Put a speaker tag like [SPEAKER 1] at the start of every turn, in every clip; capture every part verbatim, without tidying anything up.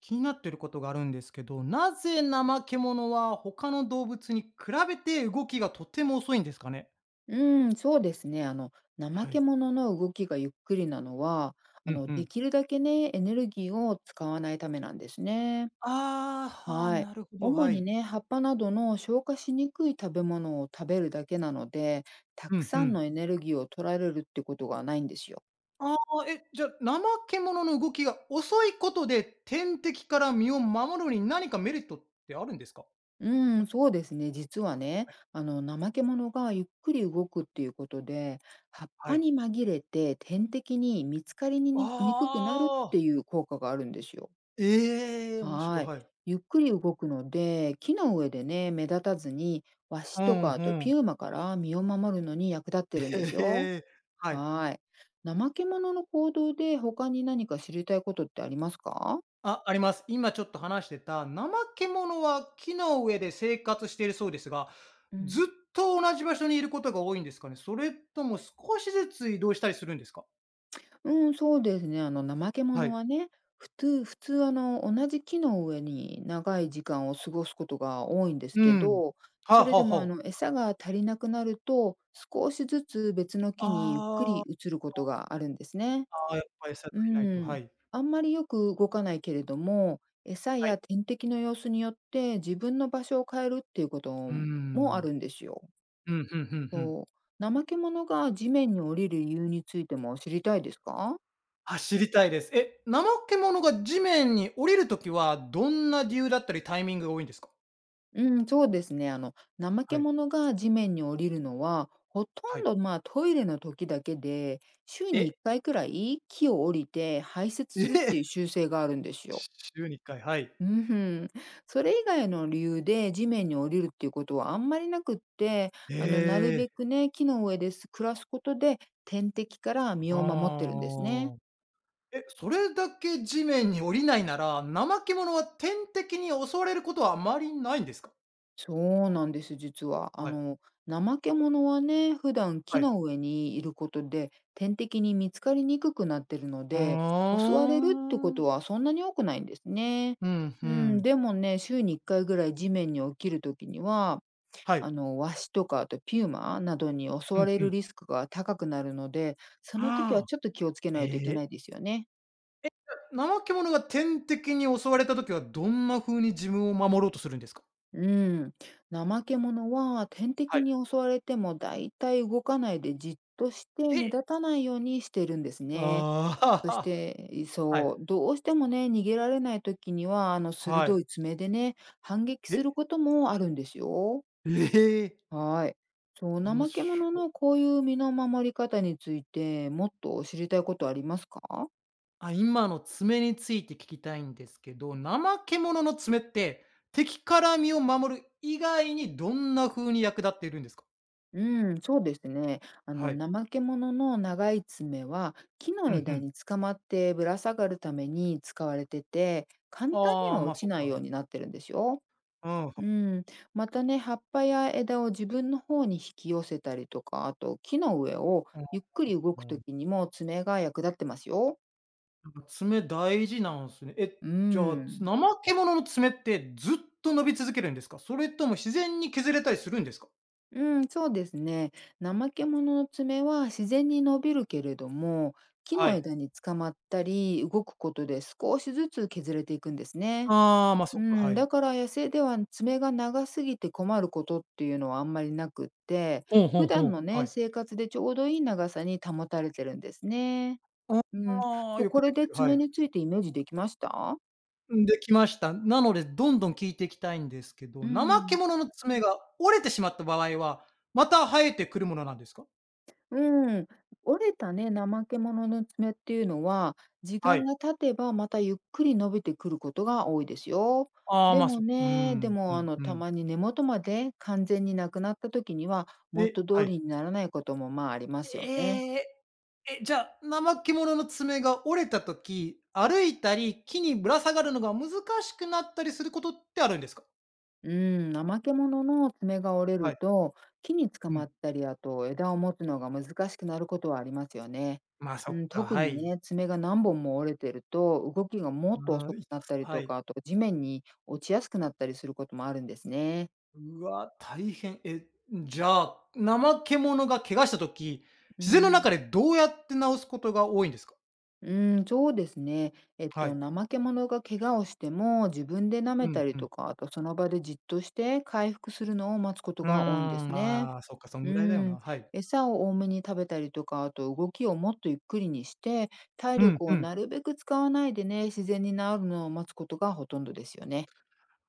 [SPEAKER 1] 気になってることがあるんですけど、なぜナマケモノは他の動物に比べて動きがとても遅いんですかね？
[SPEAKER 2] うーん、そうですね。あの、怠
[SPEAKER 1] は
[SPEAKER 2] け
[SPEAKER 1] い。
[SPEAKER 2] 者の動きがゆっくりなのは、
[SPEAKER 1] う
[SPEAKER 2] あ
[SPEAKER 1] ん
[SPEAKER 2] の、
[SPEAKER 1] う
[SPEAKER 2] で
[SPEAKER 1] ん。
[SPEAKER 2] きるだけね、エネルギーを使わないためなんですね。
[SPEAKER 1] ああ、はー
[SPEAKER 2] はい。
[SPEAKER 1] なるほど、
[SPEAKER 2] 主
[SPEAKER 1] は
[SPEAKER 2] に
[SPEAKER 1] い。
[SPEAKER 2] ね、葉っぱなどの消化しにくい食べ物を食べるだけなので、た
[SPEAKER 1] う
[SPEAKER 2] く
[SPEAKER 1] んう
[SPEAKER 2] さん
[SPEAKER 1] ん。
[SPEAKER 2] のエネルギーを取られるってことがないんですよ。
[SPEAKER 1] ああ、え、じゃあ、ナマケモノの動きが遅いことで、天敵から身を守るのに何かメリットってあるんですか？
[SPEAKER 2] うーん、そうですね。実はね、あの、怠け者がゆっくり動くっていうことで、葉っ
[SPEAKER 1] は
[SPEAKER 2] ぱ
[SPEAKER 1] い。
[SPEAKER 2] に紛れて天敵に見つかりににくくなるっ
[SPEAKER 1] あ
[SPEAKER 2] て
[SPEAKER 1] あ、
[SPEAKER 2] いう効果があるんですよ。
[SPEAKER 1] ええー、面白
[SPEAKER 2] は
[SPEAKER 1] い、
[SPEAKER 2] い。
[SPEAKER 1] はい。
[SPEAKER 2] ゆっくり動くので、木の上でね、目立たずに、ワ
[SPEAKER 1] う
[SPEAKER 2] シと
[SPEAKER 1] ん、
[SPEAKER 2] かあと
[SPEAKER 1] うん。
[SPEAKER 2] ピューマから身を守るのに役立って
[SPEAKER 1] え
[SPEAKER 2] るんですよ。
[SPEAKER 1] えー、はい。
[SPEAKER 2] はい。怠け者の行動で他に何か知りたいことってありますか？
[SPEAKER 1] あ、あります。今ちょっと話してた、ナマケモノは木の上で生活しているそうですが、
[SPEAKER 2] う
[SPEAKER 1] ず
[SPEAKER 2] ん、
[SPEAKER 1] っと同じ場所にいることが多いんですかね？それとも少しずつ移動したりするんですか？
[SPEAKER 2] うん、そうですね。あの、怠け
[SPEAKER 1] は
[SPEAKER 2] 者
[SPEAKER 1] い。
[SPEAKER 2] はね、普通、普通、あの、同じ木の上に長い時間を過ごすことが多いんです
[SPEAKER 1] う
[SPEAKER 2] け
[SPEAKER 1] ん。
[SPEAKER 2] ど、
[SPEAKER 1] はあ
[SPEAKER 2] それ
[SPEAKER 1] はあ
[SPEAKER 2] でも、あ
[SPEAKER 1] は
[SPEAKER 2] の、
[SPEAKER 1] あ。
[SPEAKER 2] 餌が足りなくなると、少しずつ別の木にゆっくり
[SPEAKER 1] あ
[SPEAKER 2] 移ることがあるんですね。
[SPEAKER 1] あ、やっぱ餌足
[SPEAKER 2] う
[SPEAKER 1] りないと、
[SPEAKER 2] ん、
[SPEAKER 1] はい。
[SPEAKER 2] あんまりよく動かないけれども、餌
[SPEAKER 1] はい。
[SPEAKER 2] や天敵の様子によって自分の場所を変えるっていうこと
[SPEAKER 1] うー
[SPEAKER 2] もあ
[SPEAKER 1] ん。
[SPEAKER 2] るんですよ。
[SPEAKER 1] うん、ふんふんふん。
[SPEAKER 2] そう、怠け者が地面に降りる理由についても知りたいですか？
[SPEAKER 1] あ、知りたいです。え、ナマケモノが地面に降りるときは、どんな理由だったりタイミングが多いんですか？
[SPEAKER 2] うん、そうですね。あの、怠
[SPEAKER 1] は
[SPEAKER 2] け
[SPEAKER 1] い、
[SPEAKER 2] 者が地面に降りるのは、ほと
[SPEAKER 1] は
[SPEAKER 2] ん
[SPEAKER 1] い。
[SPEAKER 2] どまあトイレの時だけで、週
[SPEAKER 1] え、
[SPEAKER 2] にいっかいくらい木を降りて排泄
[SPEAKER 1] ええ
[SPEAKER 2] するってい う習性があるんですよ。
[SPEAKER 1] 週にいっかい、はい。
[SPEAKER 2] うん、それ以外の理由で地面に降りるっていうことはあんまりなくって、
[SPEAKER 1] へ
[SPEAKER 2] あの、なる
[SPEAKER 1] え。
[SPEAKER 2] べくね、木の上です暮らすことで天敵から身を守ってるんですね。
[SPEAKER 1] ああ。え、それだけ地面に降りないなら、怠け者は天敵に襲われることはあまりないんですか？
[SPEAKER 2] そうなんです、実は。あ
[SPEAKER 1] はい、
[SPEAKER 2] の、怠け者はね、普段
[SPEAKER 1] は
[SPEAKER 2] 木
[SPEAKER 1] い。
[SPEAKER 2] の上にいることで天敵に見つかりにくくなってるの
[SPEAKER 1] う
[SPEAKER 2] で、
[SPEAKER 1] ー
[SPEAKER 2] 襲われるってこと
[SPEAKER 1] ん。
[SPEAKER 2] はそんなに多くないんですね。
[SPEAKER 1] うん、ふ
[SPEAKER 2] うん、
[SPEAKER 1] ん。
[SPEAKER 2] でもね、週にいっかいぐらい地面に起きるときには、
[SPEAKER 1] はい。
[SPEAKER 2] あの、ワシとか、あとピューマなどに襲
[SPEAKER 1] う
[SPEAKER 2] わ
[SPEAKER 1] ん
[SPEAKER 2] れ
[SPEAKER 1] う
[SPEAKER 2] る
[SPEAKER 1] ん。
[SPEAKER 2] リスクが高くなるので、その時は
[SPEAKER 1] ああ、
[SPEAKER 2] ちょっと気をつけ
[SPEAKER 1] え
[SPEAKER 2] ないといけない
[SPEAKER 1] え。
[SPEAKER 2] ですよね。
[SPEAKER 1] 怠け者が天敵に襲われた時は、どんな風に自分を守ろうとするんですか？
[SPEAKER 2] うん。怠け者は天
[SPEAKER 1] は
[SPEAKER 2] 敵
[SPEAKER 1] い。
[SPEAKER 2] に襲われてもだいたい動かないでじっとして目
[SPEAKER 1] え。
[SPEAKER 2] 立たないようにしてるんですね。そし
[SPEAKER 1] ああ、
[SPEAKER 2] て、
[SPEAKER 1] はい、
[SPEAKER 2] そう、どうしてもね、逃げられない時には、あの、
[SPEAKER 1] はい。
[SPEAKER 2] 鋭い爪でね、反撃する
[SPEAKER 1] え、
[SPEAKER 2] こともあるんですよ。
[SPEAKER 1] ええ、
[SPEAKER 2] はい。そう、
[SPEAKER 1] おも
[SPEAKER 2] 怠け
[SPEAKER 1] し
[SPEAKER 2] 者のこういう身の守り方について、もっと知りたいことありますか？
[SPEAKER 1] あ、今の爪について聞きたいんですけど、怠け者の爪って、敵から身を守る以外にどんな風に役立っているんですか？
[SPEAKER 2] うん、そうですね。あの、
[SPEAKER 1] はい。
[SPEAKER 2] 怠け者の長い爪は、木
[SPEAKER 1] う
[SPEAKER 2] の
[SPEAKER 1] んう
[SPEAKER 2] 枝
[SPEAKER 1] ん。
[SPEAKER 2] に捕まってぶら下がるために使われてて、簡単に
[SPEAKER 1] ああ、
[SPEAKER 2] は
[SPEAKER 1] まあ、
[SPEAKER 2] 落
[SPEAKER 1] そ
[SPEAKER 2] ち
[SPEAKER 1] っ
[SPEAKER 2] ないよう
[SPEAKER 1] か。
[SPEAKER 2] になってるんですよ。
[SPEAKER 1] うん、
[SPEAKER 2] うん。またね、葉っぱや枝を自分の方に引き寄せたりとか、あと木の上をゆっくり動
[SPEAKER 1] う
[SPEAKER 2] く
[SPEAKER 1] ん
[SPEAKER 2] と
[SPEAKER 1] うん。
[SPEAKER 2] きにも爪が役立ってますよ。
[SPEAKER 1] なんか爪大事なんすね。え、
[SPEAKER 2] う
[SPEAKER 1] じゃあ、つ
[SPEAKER 2] ん。
[SPEAKER 1] 怠け者の爪ってずっと伸び続けるんですか？それとも自然に削れたりするんですか？
[SPEAKER 2] うん、そうですね。怠け者の爪は自然に伸びるけれども、木
[SPEAKER 1] は
[SPEAKER 2] の
[SPEAKER 1] い。
[SPEAKER 2] 枝につかまったり、動くことで少しずつ削れていくんですね。
[SPEAKER 1] ああ、まあ、
[SPEAKER 2] う
[SPEAKER 1] そっか、は
[SPEAKER 2] ん、
[SPEAKER 1] い。
[SPEAKER 2] だから野生では爪が長すぎて困ることっていうのはあんまりなくって、
[SPEAKER 1] ほうほう
[SPEAKER 2] 普
[SPEAKER 1] ほ
[SPEAKER 2] 段
[SPEAKER 1] う。
[SPEAKER 2] の
[SPEAKER 1] は
[SPEAKER 2] ね、
[SPEAKER 1] い。
[SPEAKER 2] 生活でちょうどいい長さに保たれてるんですね。うん、
[SPEAKER 1] ああ、
[SPEAKER 2] そう
[SPEAKER 1] よく
[SPEAKER 2] これ
[SPEAKER 1] でき
[SPEAKER 2] で
[SPEAKER 1] てる、は
[SPEAKER 2] 爪
[SPEAKER 1] い。
[SPEAKER 2] についてイメージできました
[SPEAKER 1] ん、できました。なので、どんどん聞いていきたいんですけど、
[SPEAKER 2] う
[SPEAKER 1] 怠け
[SPEAKER 2] ん。
[SPEAKER 1] 者の爪が折れてしまった場合は、また生えてくるものなんですか？
[SPEAKER 2] うん、折れたね、怠け者の爪っていうのは、時
[SPEAKER 1] は
[SPEAKER 2] 間
[SPEAKER 1] い。
[SPEAKER 2] が経てばまたゆっくり伸びてくることが多いですよ。
[SPEAKER 1] ああ、
[SPEAKER 2] で
[SPEAKER 1] ま、
[SPEAKER 2] も
[SPEAKER 1] そう
[SPEAKER 2] ね、で
[SPEAKER 1] ん、う
[SPEAKER 2] もあ
[SPEAKER 1] ん、
[SPEAKER 2] の、
[SPEAKER 1] う
[SPEAKER 2] た
[SPEAKER 1] ん。
[SPEAKER 2] まに根元まで完全になくなった時には、
[SPEAKER 1] え、
[SPEAKER 2] 元
[SPEAKER 1] は
[SPEAKER 2] 通
[SPEAKER 1] い。
[SPEAKER 2] りにならないこともまあありますよね。
[SPEAKER 1] ええ、え、じゃあ、怠け者の爪が折れた時、歩いたり、木にぶら下がるのが難しくなったりすることってあるんですか？
[SPEAKER 2] うん、怠け者の爪が折れ
[SPEAKER 1] は
[SPEAKER 2] る
[SPEAKER 1] い。
[SPEAKER 2] と、木につか
[SPEAKER 1] う
[SPEAKER 2] ま
[SPEAKER 1] ん。
[SPEAKER 2] ったり、あと枝を持つのが難しくなることはありますよね。
[SPEAKER 1] ま、そっ
[SPEAKER 2] うん、
[SPEAKER 1] か、
[SPEAKER 2] 特
[SPEAKER 1] は
[SPEAKER 2] に
[SPEAKER 1] い。
[SPEAKER 2] ね、爪が何本も折れてると、動きがもっと
[SPEAKER 1] ああ、
[SPEAKER 2] 遅く
[SPEAKER 1] い
[SPEAKER 2] なった
[SPEAKER 1] た
[SPEAKER 2] り
[SPEAKER 1] は
[SPEAKER 2] と
[SPEAKER 1] い。
[SPEAKER 2] か、あと地面に落ちやすくなったりすることもあるんですね。
[SPEAKER 1] うわ、大変。え、じゃあ、怠け者が怪我した時、
[SPEAKER 2] う
[SPEAKER 1] 自然の
[SPEAKER 2] ん、
[SPEAKER 1] 中でどうやって治すことが多いんですか？
[SPEAKER 2] うん、そうですね。えっ
[SPEAKER 1] は
[SPEAKER 2] と、
[SPEAKER 1] い。
[SPEAKER 2] 怠け者が怪我をしても、自分で舐
[SPEAKER 1] う
[SPEAKER 2] め
[SPEAKER 1] ん、
[SPEAKER 2] たり
[SPEAKER 1] うん。
[SPEAKER 2] とか、あとその場でじっとして回復するのを待つこと
[SPEAKER 1] うーん、
[SPEAKER 2] が多いんですね。
[SPEAKER 1] ああ、そっか、そん
[SPEAKER 2] う
[SPEAKER 1] ぐらいだよ
[SPEAKER 2] ん、
[SPEAKER 1] な。はい。
[SPEAKER 2] 餌を多めに食べたりとか、あと動きをもっとゆっくりにして、体
[SPEAKER 1] うん、
[SPEAKER 2] 力
[SPEAKER 1] う
[SPEAKER 2] を
[SPEAKER 1] ん。
[SPEAKER 2] なるべく使わないでね、自然に治るのを待つことがほとんどですよね。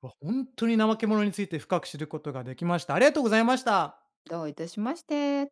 [SPEAKER 1] わ、ほんとに怠け者について深く知ることができました。ありがとうございました。
[SPEAKER 2] どういたしまして。